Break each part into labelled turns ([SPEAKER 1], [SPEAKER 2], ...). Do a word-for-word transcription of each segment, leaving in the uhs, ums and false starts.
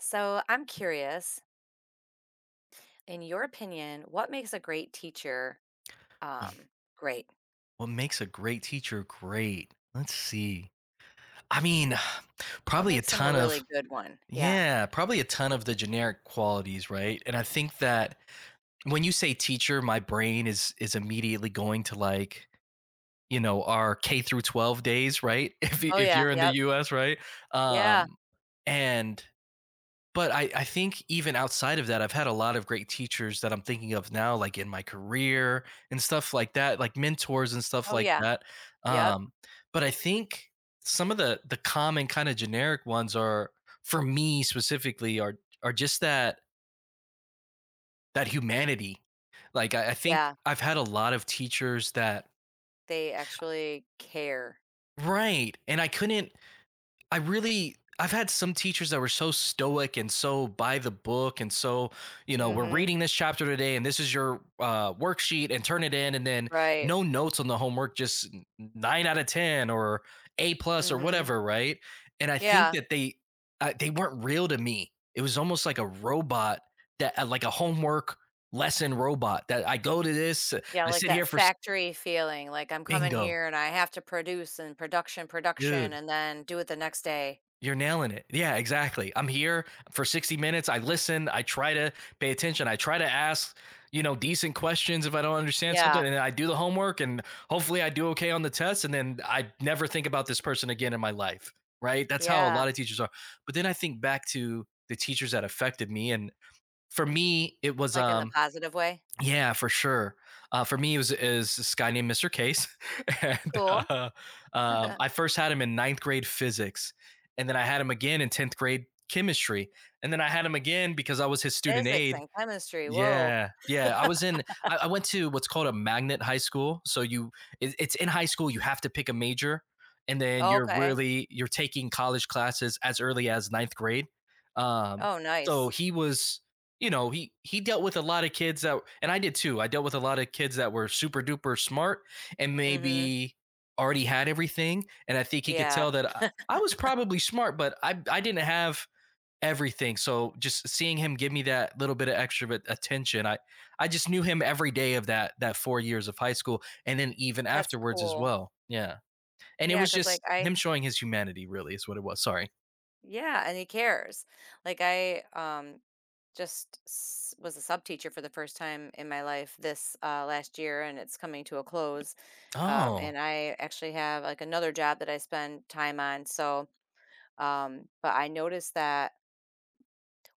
[SPEAKER 1] So I'm curious, in your opinion, what makes a great teacher
[SPEAKER 2] What
[SPEAKER 1] um great?
[SPEAKER 2] what makes a great teacher great? Let's see. I mean,
[SPEAKER 1] What
[SPEAKER 2] probably a
[SPEAKER 1] makes them a
[SPEAKER 2] ton of
[SPEAKER 1] really good one? Yeah.
[SPEAKER 2] yeah, probably a ton of the generic qualities, right? And I think that when you say teacher, my brain is is immediately going to, like, you know, our K through twelve days, right? If you-
[SPEAKER 1] Oh
[SPEAKER 2] if
[SPEAKER 1] yeah,
[SPEAKER 2] you're in the
[SPEAKER 1] yep.
[SPEAKER 2] U S, right?
[SPEAKER 1] Yeah.
[SPEAKER 2] Um and But I, I think even outside of that, I've had a lot of great teachers that I'm thinking of now, like in my career and stuff like that, like mentors and stuff
[SPEAKER 1] Oh
[SPEAKER 2] like
[SPEAKER 1] yeah.
[SPEAKER 2] that.
[SPEAKER 1] Yep.
[SPEAKER 2] Um, but I think some of the the common kind of generic ones are for me specifically are are just that that humanity. Like I, I think
[SPEAKER 1] Yeah.
[SPEAKER 2] I've had a lot of teachers that
[SPEAKER 1] They actually care.
[SPEAKER 2] right. And I couldn't I really I've had some teachers that were so stoic and so by the book and so, you know, we're
[SPEAKER 1] Mhm.
[SPEAKER 2] reading this chapter today and this is your uh, worksheet and turn it in, and then
[SPEAKER 1] Right.
[SPEAKER 2] no notes on the homework, just nine out of ten or A plus or
[SPEAKER 1] Mhm.
[SPEAKER 2] whatever, right? And I think
[SPEAKER 1] Yeah.
[SPEAKER 2] that they, uh, they weren't real to me. It was almost like a robot that, uh, like a homework lesson robot that I go to this,
[SPEAKER 1] Yeah,
[SPEAKER 2] I
[SPEAKER 1] like
[SPEAKER 2] sit
[SPEAKER 1] that
[SPEAKER 2] here for s-
[SPEAKER 1] factory feeling, like I'm coming
[SPEAKER 2] bingo.
[SPEAKER 1] here and I have to produce and production, production,
[SPEAKER 2] Dude.
[SPEAKER 1] and then do it the next day.
[SPEAKER 2] You're nailing it. Yeah, exactly. I'm here for sixty minutes. I listen. I try to pay attention. I try to ask, you know, decent questions if I don't understand something.
[SPEAKER 1] Yeah.
[SPEAKER 2] And I do the homework, and hopefully I do okay on the test. And then I never think about this person again in my life. Right. That's how a lot
[SPEAKER 1] Yeah.
[SPEAKER 2] of teachers are. But then I think back to the teachers that affected me. And for me, it was
[SPEAKER 1] Like in the
[SPEAKER 2] um
[SPEAKER 1] positive way.
[SPEAKER 2] yeah, for sure. Uh, for me, it was is this guy named mister Case, and
[SPEAKER 1] Cool.
[SPEAKER 2] uh, um, I first had him in ninth grade physics, and then I had him again in tenth grade chemistry, and then I had him again because I was his student
[SPEAKER 1] Physics
[SPEAKER 2] aide.
[SPEAKER 1] and chemistry. Whoa.
[SPEAKER 2] Yeah, yeah. I was in. I, I went to what's called a magnet high school. So you, it, it's in high school. You have to pick a major, and then you're
[SPEAKER 1] Okay.
[SPEAKER 2] really you're taking college classes as early as ninth grade. Um,
[SPEAKER 1] Oh,
[SPEAKER 2] so
[SPEAKER 1] nice.
[SPEAKER 2] he was, you know, he he dealt with a lot of kids that, and I did too. I dealt with a lot of kids that were super duper smart and
[SPEAKER 1] Mhm.
[SPEAKER 2] maybe already had everything. And I think he could
[SPEAKER 1] Yeah,
[SPEAKER 2] tell that I, I was probably smart, but I I didn't have everything. So just seeing him give me that little bit of extra attention, I I just knew him every day of that that four years of high school, and then even
[SPEAKER 1] that's
[SPEAKER 2] afterwards as
[SPEAKER 1] cool.
[SPEAKER 2] well. Yeah, and it
[SPEAKER 1] Yeah,
[SPEAKER 2] was
[SPEAKER 1] because
[SPEAKER 2] just
[SPEAKER 1] like,
[SPEAKER 2] him
[SPEAKER 1] I
[SPEAKER 2] showing his humanity. Really, is what it was. Sorry.
[SPEAKER 1] yeah, and he cares. Like, I, um, just s was a sub teacher for the first time in my life this, uh, last year, and it's coming to a close, um,
[SPEAKER 2] Oh,
[SPEAKER 1] and I actually have, like, another job that I spend time on, so, um, but I noticed that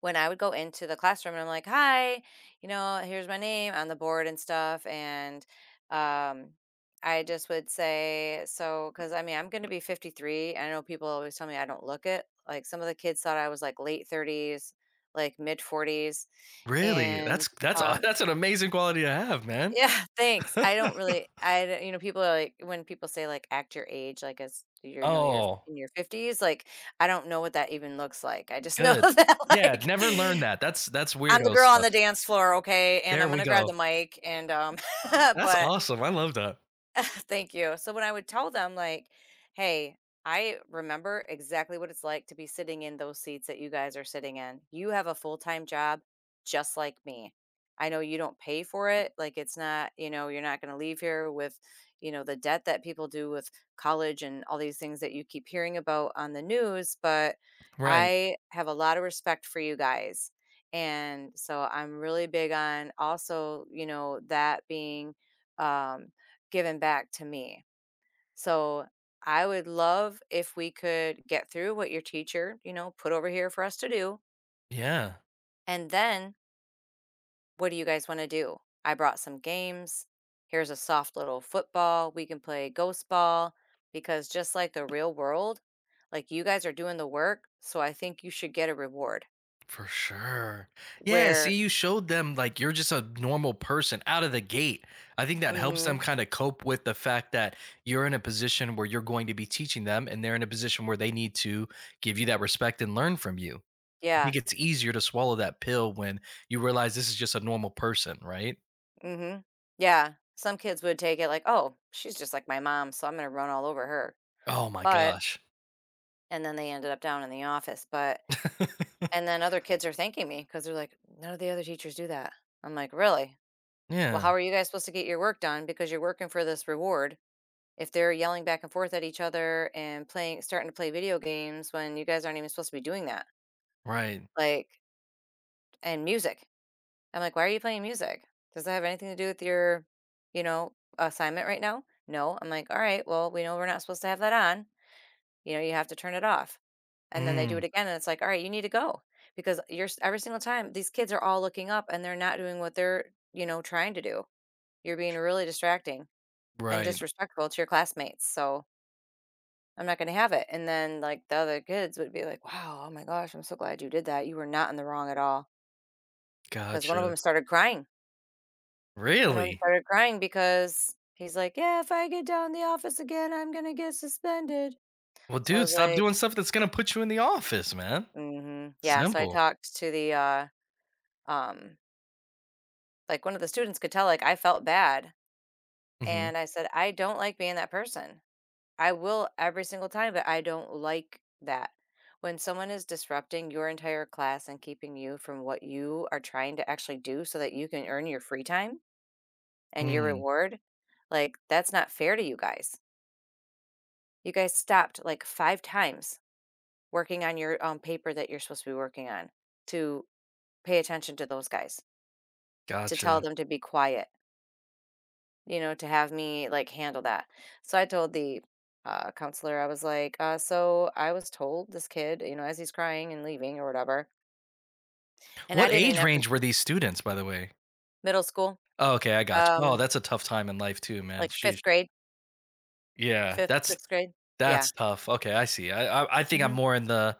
[SPEAKER 1] when I would go into the classroom and I'm like, "Hi, you know, here's my name on the board and stuff," and um, I just would say, "So," because I mean, I'm going to be fifty-three. I know people always tell me I don't look it. Like some of the kids thought I was like late thirties, like mid forties,
[SPEAKER 2] really?
[SPEAKER 1] and
[SPEAKER 2] That's that's
[SPEAKER 1] um,
[SPEAKER 2] that's an amazing quality to have, man.
[SPEAKER 1] yeah, thanks. I don't really, I don't- you know, people are like when people say like act your age, like as you know you're
[SPEAKER 2] Oh,
[SPEAKER 1] in your fifties like I don't know what that even looks like I just know
[SPEAKER 2] good.
[SPEAKER 1] that
[SPEAKER 2] Yeah,
[SPEAKER 1] like
[SPEAKER 2] never learned that. That's that's
[SPEAKER 1] I'm the
[SPEAKER 2] weirdo
[SPEAKER 1] girl on
[SPEAKER 2] stuff.
[SPEAKER 1] the dance floor, okay? And
[SPEAKER 2] There
[SPEAKER 1] I'm
[SPEAKER 2] we
[SPEAKER 1] gonna grab the
[SPEAKER 2] go.
[SPEAKER 1] mic and um
[SPEAKER 2] That's
[SPEAKER 1] but
[SPEAKER 2] awesome. I love that.
[SPEAKER 1] thank you. So when I would tell them like, "Hey, I remember exactly what it's like to be sitting in those seats that you guys are sitting in. You have a full-time job just like me. I know you don't pay for it. Like it's not, you know, you're not going to leave here with, you know, the debt that people do with college and all these things that you keep hearing about on the news, but
[SPEAKER 2] Right.
[SPEAKER 1] I have a lot of respect for you guys." And so I'm really big on also, you know, that being um given back to me. So I would love if we could get through what your teacher, you know, put over here for us to do.
[SPEAKER 2] Yeah.
[SPEAKER 1] And then what do you guys want to do? I brought some games. Here's a soft little football. We can play ghost ball because just like the real world, like you guys are doing the work. So I think you should get a reward
[SPEAKER 2] For sure. Yeah,
[SPEAKER 1] where,
[SPEAKER 2] see, you showed them, like, you're just a normal person out of the gate. I think that helps them
[SPEAKER 1] mm-hmm,
[SPEAKER 2] kind of cope with the fact that you're in a position where you're going to be teaching them, and they're in a position where they need to give you that respect and learn from you. I
[SPEAKER 1] yeah,
[SPEAKER 2] think it's easier to swallow that pill when you realize this is just a normal person, right?
[SPEAKER 1] mm-hmm, yeah, some kids would take it like, oh, she's just like my mom. So I'm going to run all over her.
[SPEAKER 2] Oh my
[SPEAKER 1] But
[SPEAKER 2] gosh.
[SPEAKER 1] and then they ended up down in the office, but and then other kids are thanking me because 'cause they're like, "None of the other teachers do that." I'm like, "Really? Well, how
[SPEAKER 2] Yeah,
[SPEAKER 1] are you guys supposed to get your work done because you're working for this reward if they're yelling back and forth at each other and playing starting to play video games when you guys aren't even supposed to be doing that?"
[SPEAKER 2] right.
[SPEAKER 1] Like and music. I'm like, "Why are you playing music? Does that have anything to do with your, you know, assignment right now?" "No." I'm like, "All right, well, we know we're not supposed to have that on. You know, you have to turn it off." And then they do
[SPEAKER 2] Mm,
[SPEAKER 1] it again, and it's like, "All right, you need to go," because you're s every single time, these kids are all looking up, and they're not doing what they're, you know, trying to do. You're being really distracting and
[SPEAKER 2] right.
[SPEAKER 1] disrespectful to your classmates, so I'm not gonna have it, and then, like, the other kids would be like, "Wow, oh my gosh, I'm so glad you did that. You were not in the wrong at all. Because one of
[SPEAKER 2] Gotcha.
[SPEAKER 1] them started crying. One of them
[SPEAKER 2] Really?
[SPEAKER 1] started crying because he's like, "Yeah, if I get down in the office again, I'm gonna get suspended."
[SPEAKER 2] Well,
[SPEAKER 1] So I
[SPEAKER 2] dude,
[SPEAKER 1] was
[SPEAKER 2] stop
[SPEAKER 1] like,
[SPEAKER 2] doing stuff that's going to put you in the office, man.
[SPEAKER 1] mm-hmm. Yeah, so I
[SPEAKER 2] Simple.
[SPEAKER 1] talked to the, uh, um like one of the students could tell like I felt bad
[SPEAKER 2] Mhm.
[SPEAKER 1] and I said, "I don't like being that person. I will every single time, but I don't like that." When someone is disrupting your entire class and keeping you from what you are trying to actually do so that you can earn your free time and your
[SPEAKER 2] Mm,
[SPEAKER 1] reward, like that's not fair to you guys. You guys stopped like five times working on your um, paper that you're supposed to be working on to pay attention to those guys, to tell
[SPEAKER 2] gotcha.
[SPEAKER 1] them to be quiet. You know, to have me like handle that. So I told the uh, counselor, I was like, uh, so I was told this kid, you know, as he's crying and leaving or whatever, and I
[SPEAKER 2] What
[SPEAKER 1] didn't even
[SPEAKER 2] age
[SPEAKER 1] have to
[SPEAKER 2] range were these students, by the way?
[SPEAKER 1] middle school,
[SPEAKER 2] Oh, okay, I gotcha. Oh,
[SPEAKER 1] um,
[SPEAKER 2] that's a tough time in life too, man.
[SPEAKER 1] like
[SPEAKER 2] Sheesh.
[SPEAKER 1] fifth grade,
[SPEAKER 2] Yeah,
[SPEAKER 1] fifth,
[SPEAKER 2] that's
[SPEAKER 1] sixth grade. Yeah.
[SPEAKER 2] that's tough. Okay, I see. I I, I think I'm
[SPEAKER 1] Hmm.
[SPEAKER 2] more in the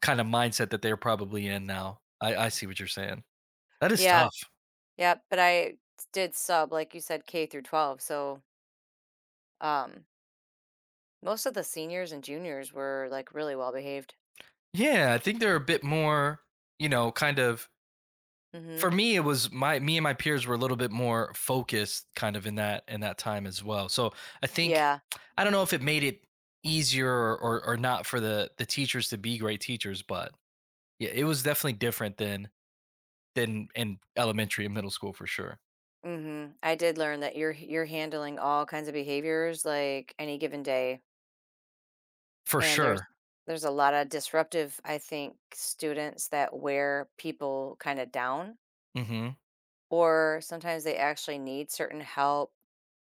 [SPEAKER 2] kind of mindset that they're probably in now. I, I see what you're saying. That is
[SPEAKER 1] Yeah.
[SPEAKER 2] tough.
[SPEAKER 1] Yeah. But I did sub, like you said, K through twelve. So um, most of the seniors and juniors were like really well behaved.
[SPEAKER 2] Yeah, I think they're a bit more, you know, kind of
[SPEAKER 1] Hmm.
[SPEAKER 2] for me it was my me and my peers were a little bit more focused kind of in that in that time as well. So I think
[SPEAKER 1] Yeah.
[SPEAKER 2] I don't know if it made it easier or or, or not for the the teachers to be great teachers, but yeah, it was definitely different than than in elementary and middle school for sure.
[SPEAKER 1] Hmm. I did learn that you're you're handling all kinds of behaviors like any given day.
[SPEAKER 2] For
[SPEAKER 1] And there's
[SPEAKER 2] sure.
[SPEAKER 1] there's a lot of disruptive, I think, students that wear people kind of down,
[SPEAKER 2] Hmm.
[SPEAKER 1] or sometimes they actually need certain help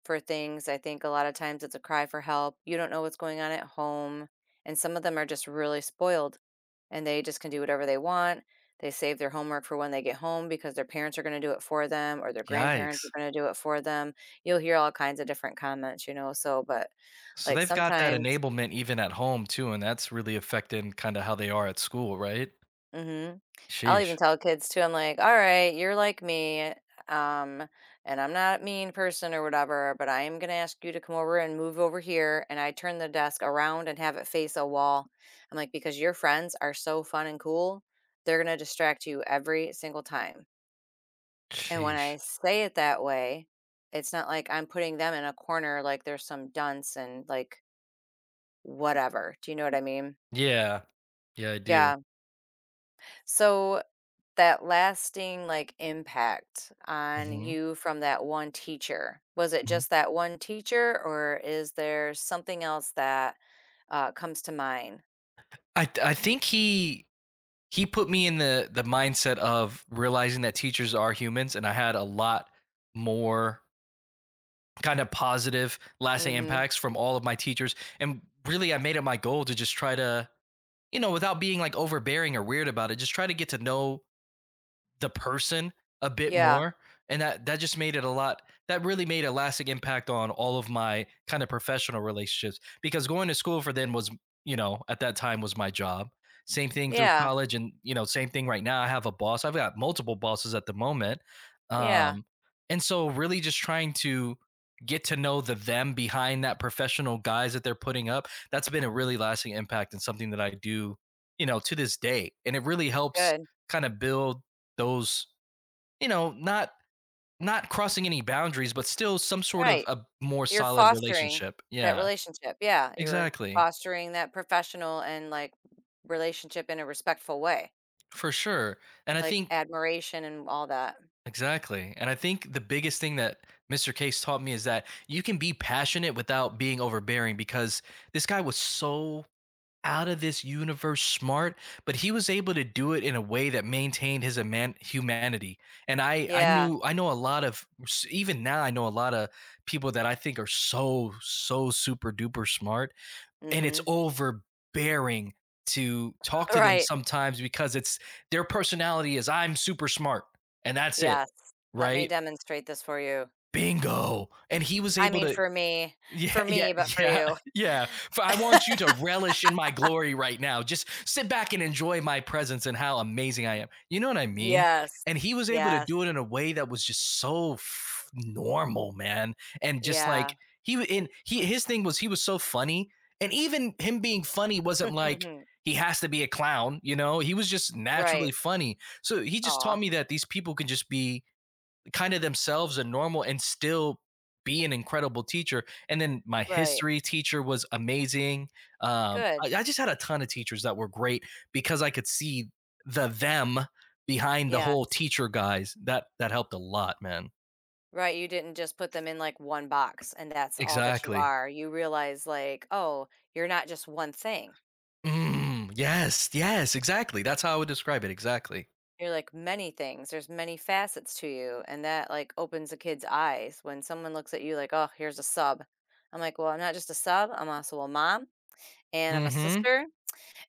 [SPEAKER 1] for things. I think a lot of times it's a cry for help. You don't know what's going on at home. And some of them are just really spoiled and they just can do whatever they want. They save their homework for when they get home because their parents are going to do it for them or their grandparents are
[SPEAKER 2] Yikes.
[SPEAKER 1] going to do it for them. You'll hear all kinds of different comments, you know. So, but
[SPEAKER 2] So
[SPEAKER 1] like
[SPEAKER 2] they've got that
[SPEAKER 1] sometimes.
[SPEAKER 2] enablement even at home too, and that's really affecting kind of how they are at school, right?
[SPEAKER 1] Mhm. I'll even
[SPEAKER 2] Sheesh.
[SPEAKER 1] tell kids too, I'm like, "All right, you're like me, um, and I'm not a mean person or whatever, but I am gonna ask you to come over and move over here," and I turn the desk around and have it face a wall. I'm like, "Because your friends are so fun and cool, they're gonna distract you every single time." And when I
[SPEAKER 2] Sheesh.
[SPEAKER 1] say it that way, it's not like I'm putting them in a corner like they're some dunce and like whatever. Do you know what I mean?
[SPEAKER 2] Yeah, yeah, I do.
[SPEAKER 1] Yeah. So that lasting, like, impact on
[SPEAKER 2] Hmm.
[SPEAKER 1] you from that one teacher? Was it
[SPEAKER 2] Hmm.
[SPEAKER 1] just that one teacher, or is there something else that, uh, comes to mind?
[SPEAKER 2] I I think he he put me in the the mindset of realizing that teachers are humans. And I had a lot more kind of positive lasting
[SPEAKER 1] Mhm.
[SPEAKER 2] impacts from all of my teachers, and really I made it my goal to just try to, you know, without being, like, overbearing or weird about it, just try to get to know the person a bit
[SPEAKER 1] Yeah.
[SPEAKER 2] more. And that that just made it a lot, that really made a lasting impact on all of my kind of professional relationships, because going to school for then was, you know, at that time was my job, same thing through
[SPEAKER 1] Yeah.
[SPEAKER 2] college, and you know, same thing right now. I have a boss, I've got multiple bosses at the moment.
[SPEAKER 1] Yeah.
[SPEAKER 2] Um, and so really just trying to get to know the them behind that professional guys that they're putting up, that's been a really lasting impact, and something that I do, you know, to this day, and it really helps
[SPEAKER 1] Good.
[SPEAKER 2] kind of build those, you know, not not crossing any boundaries, but still some sort of
[SPEAKER 1] Right.
[SPEAKER 2] a more
[SPEAKER 1] You're
[SPEAKER 2] solid
[SPEAKER 1] fostering
[SPEAKER 2] relationship.
[SPEAKER 1] that
[SPEAKER 2] Yeah,
[SPEAKER 1] relationship. Yeah, you are
[SPEAKER 2] exactly.
[SPEAKER 1] fostering that professional and, like, relationship in a respectful way,
[SPEAKER 2] For sure. And I
[SPEAKER 1] like
[SPEAKER 2] think
[SPEAKER 1] admiration and all that.
[SPEAKER 2] exactly. And I think the biggest thing that mister Case taught me is that you can be passionate without being overbearing, because this guy was so out of this universe smart, but he was able to do it in a way that maintained his eman humanity. And I I
[SPEAKER 1] Yeah.
[SPEAKER 2] knew, I know a lot of, even now, I know a lot of people that I think are so, so super duper smart, and it's
[SPEAKER 1] Mhm.
[SPEAKER 2] overbearing to talk to them
[SPEAKER 1] Right.
[SPEAKER 2] sometimes because it's their personality is, "I'm super smart," and that's it,
[SPEAKER 1] Yes. "Let me
[SPEAKER 2] right?
[SPEAKER 1] demonstrate this for you."
[SPEAKER 2] Bingo, and he was
[SPEAKER 1] I
[SPEAKER 2] able
[SPEAKER 1] mean,
[SPEAKER 2] to
[SPEAKER 1] for me
[SPEAKER 2] yeah,
[SPEAKER 1] for
[SPEAKER 2] yeah,
[SPEAKER 1] me, but for
[SPEAKER 2] yeah,
[SPEAKER 1] you.
[SPEAKER 2] yeah. For, I want you to relish in my glory right now. Just sit back and enjoy my presence and how amazing I am. You know what I mean?
[SPEAKER 1] Yes.
[SPEAKER 2] And he was able to
[SPEAKER 1] Yes.
[SPEAKER 2] do it in a way that was just so f- normal, man. And just
[SPEAKER 1] Yeah.
[SPEAKER 2] like he w- and he,
[SPEAKER 1] Some.
[SPEAKER 2] his thing was he was so funny. And even him being funny wasn't like he has to be a clown, you know? He was just naturally
[SPEAKER 1] Right.
[SPEAKER 2] funny. So he just
[SPEAKER 1] Aw,
[SPEAKER 2] taught me that these people can just be kind of themselves and normal and still be an incredible teacher. And then my
[SPEAKER 1] right.
[SPEAKER 2] history teacher was amazing. Um,
[SPEAKER 1] Good.
[SPEAKER 2] I, I just had a ton of teachers that were great because I could see the them behind the whole
[SPEAKER 1] Yes.
[SPEAKER 2] teacher guys. That that helped a lot, man.
[SPEAKER 1] Right, you didn't just put them in, like, one box, and that's all that you
[SPEAKER 2] Exactly.
[SPEAKER 1] are. You realize, like, "Oh, you're not just one thing.
[SPEAKER 2] Mm, yes, yes, exactly. That's how I would describe it. Exactly.
[SPEAKER 1] You're, like, many things. There's many facets to you," and that, like, opens a kid's eyes. When someone looks at you like, "Oh, here's a sub." I'm like, "Well, I'm not just a sub, I'm also a mom, and I'm a
[SPEAKER 2] Mm-hmm.
[SPEAKER 1] sister."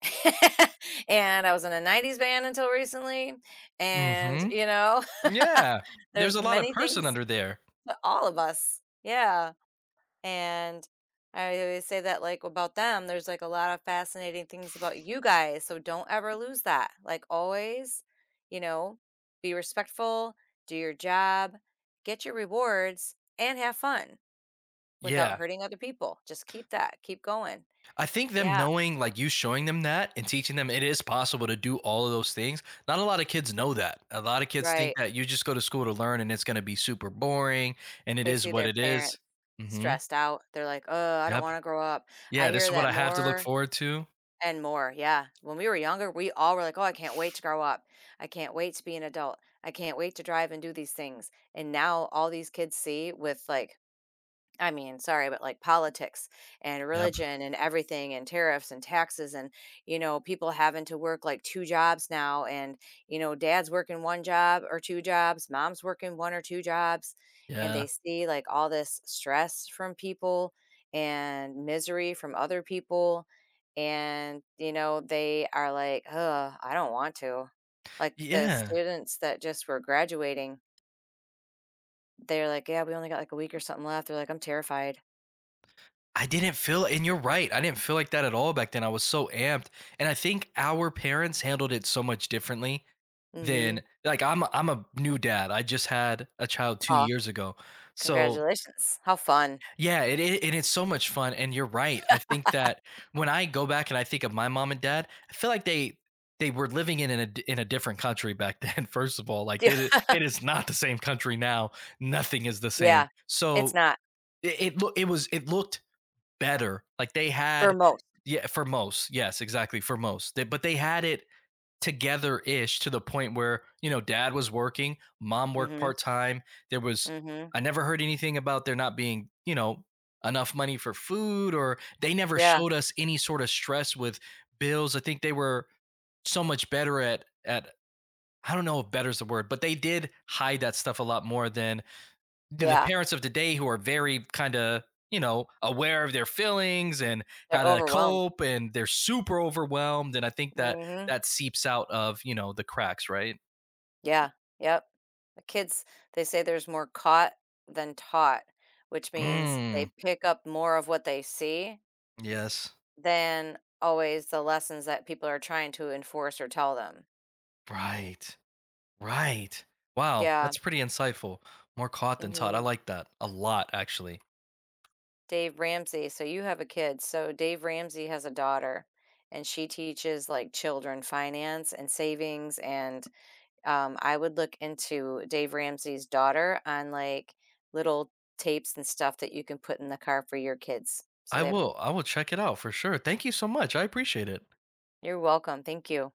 [SPEAKER 1] And I was in a nineties band until recently. And,
[SPEAKER 2] Mm-hmm.
[SPEAKER 1] you know,
[SPEAKER 2] Yeah. There's
[SPEAKER 1] there's
[SPEAKER 2] a lot of
[SPEAKER 1] many
[SPEAKER 2] person
[SPEAKER 1] things
[SPEAKER 2] under there.
[SPEAKER 1] to all of us. Yeah. And I always say that, like, about them, there's like a lot of fascinating things about you guys. So don't ever lose that. Like, always, you know, be respectful, do your job, get your rewards, and have fun without
[SPEAKER 2] Yeah.
[SPEAKER 1] hurting other people. Just keep that, keep going.
[SPEAKER 2] I think them
[SPEAKER 1] Yeah.
[SPEAKER 2] knowing, like you showing them that and teaching them, it is possible to do all of those things. Not a lot of kids know that. A lot of kids think
[SPEAKER 1] Right.
[SPEAKER 2] that you just go to school to learn, and it's going to be super boring and it
[SPEAKER 1] They
[SPEAKER 2] is
[SPEAKER 1] see
[SPEAKER 2] what
[SPEAKER 1] their
[SPEAKER 2] it
[SPEAKER 1] parents
[SPEAKER 2] is. Mhm.
[SPEAKER 1] stressed out. They're like, "Oh, I don't
[SPEAKER 2] Yep.
[SPEAKER 1] wanna grow up." I
[SPEAKER 2] Yeah, this
[SPEAKER 1] hear
[SPEAKER 2] is what
[SPEAKER 1] that
[SPEAKER 2] I have to look
[SPEAKER 1] more
[SPEAKER 2] forward to.
[SPEAKER 1] and more, yeah. When we were younger, we all were like, "Oh, I can't wait to grow up. I can't wait to be an adult. I can't wait to drive and do these things." And now all these kids see with, like, I mean, sorry, but like politics and
[SPEAKER 2] Yep.
[SPEAKER 1] religion and everything and tariffs and taxes and, you know, people having to work like two jobs now. And, you know, dad's working one job or two jobs, mom's working one or two jobs. And
[SPEAKER 2] Yeah.
[SPEAKER 1] they see like all this stress from people and misery from other people. And, you know, they are like, oh, I don't want to. Like the
[SPEAKER 2] Yeah.
[SPEAKER 1] students that just were graduating, they're like, yeah, we only got like a week or something left. They're like, I'm terrified.
[SPEAKER 2] I didn't feel and you're right. I didn't feel like that at all back then. I was so amped. And I think our parents handled it so much differently
[SPEAKER 1] Mm
[SPEAKER 2] than,
[SPEAKER 1] hmm.
[SPEAKER 2] like, I'm I'm a new dad. I just had a child two
[SPEAKER 1] Aw,
[SPEAKER 2] years ago. So
[SPEAKER 1] congratulations. How fun.
[SPEAKER 2] yeah, it, it and it's so much fun. And you're right. I think that when I go back and I think of my mom and dad, I feel like they they were living in a in a different country back then. First of all, like
[SPEAKER 1] Yeah,
[SPEAKER 2] it i- it is not the same country now. Nothing is the same.
[SPEAKER 1] yeah. It's
[SPEAKER 2] So
[SPEAKER 1] not
[SPEAKER 2] it it, loo- it was, it looked better. Like they
[SPEAKER 1] for
[SPEAKER 2] had,
[SPEAKER 1] most.
[SPEAKER 2] yeah, for most, yes, exactly, for most. They- but they had it together ish to the point where, you know, dad was working, mom worked
[SPEAKER 1] Mhm,
[SPEAKER 2] part time. There was,
[SPEAKER 1] mhm.
[SPEAKER 2] I never heard anything about there not being, you know, enough money for food, or they never
[SPEAKER 1] Yeah,
[SPEAKER 2] showed us any sort of stress with bills. I think they were so much better at, at, I don't know if better is the word, but they did hide that stuff a lot more than the the
[SPEAKER 1] yeah.
[SPEAKER 2] parents of today, who are very kind of, you know, aware of their feelings and
[SPEAKER 1] They're
[SPEAKER 2] how to
[SPEAKER 1] overwhelmed.
[SPEAKER 2] cope, and they're super overwhelmed. And I think that
[SPEAKER 1] Mhm.
[SPEAKER 2] that seeps out of, you know, the cracks, right?
[SPEAKER 1] Yeah, yep. The kids, they say there's more caught than taught, which means they
[SPEAKER 2] Mm,
[SPEAKER 1] pick up more of what they see
[SPEAKER 2] yes.
[SPEAKER 1] than always the lessons that people are trying to enforce or tell them.
[SPEAKER 2] Right. Right. Wow,
[SPEAKER 1] Yeah,
[SPEAKER 2] that's pretty insightful. More caught than taught, I
[SPEAKER 1] mhm.
[SPEAKER 2] like that a lot actually.
[SPEAKER 1] Dave Ramsey, so you have a kid. So Dave Ramsey has a daughter and she teaches like children finance and savings and um I would look into Dave Ramsey's daughter on like little tapes and stuff that you can put in the car for your kids. So
[SPEAKER 2] i
[SPEAKER 1] they
[SPEAKER 2] will I will check it out for sure. Thank you so much, I appreciate it.
[SPEAKER 1] you're welcome. Thank you.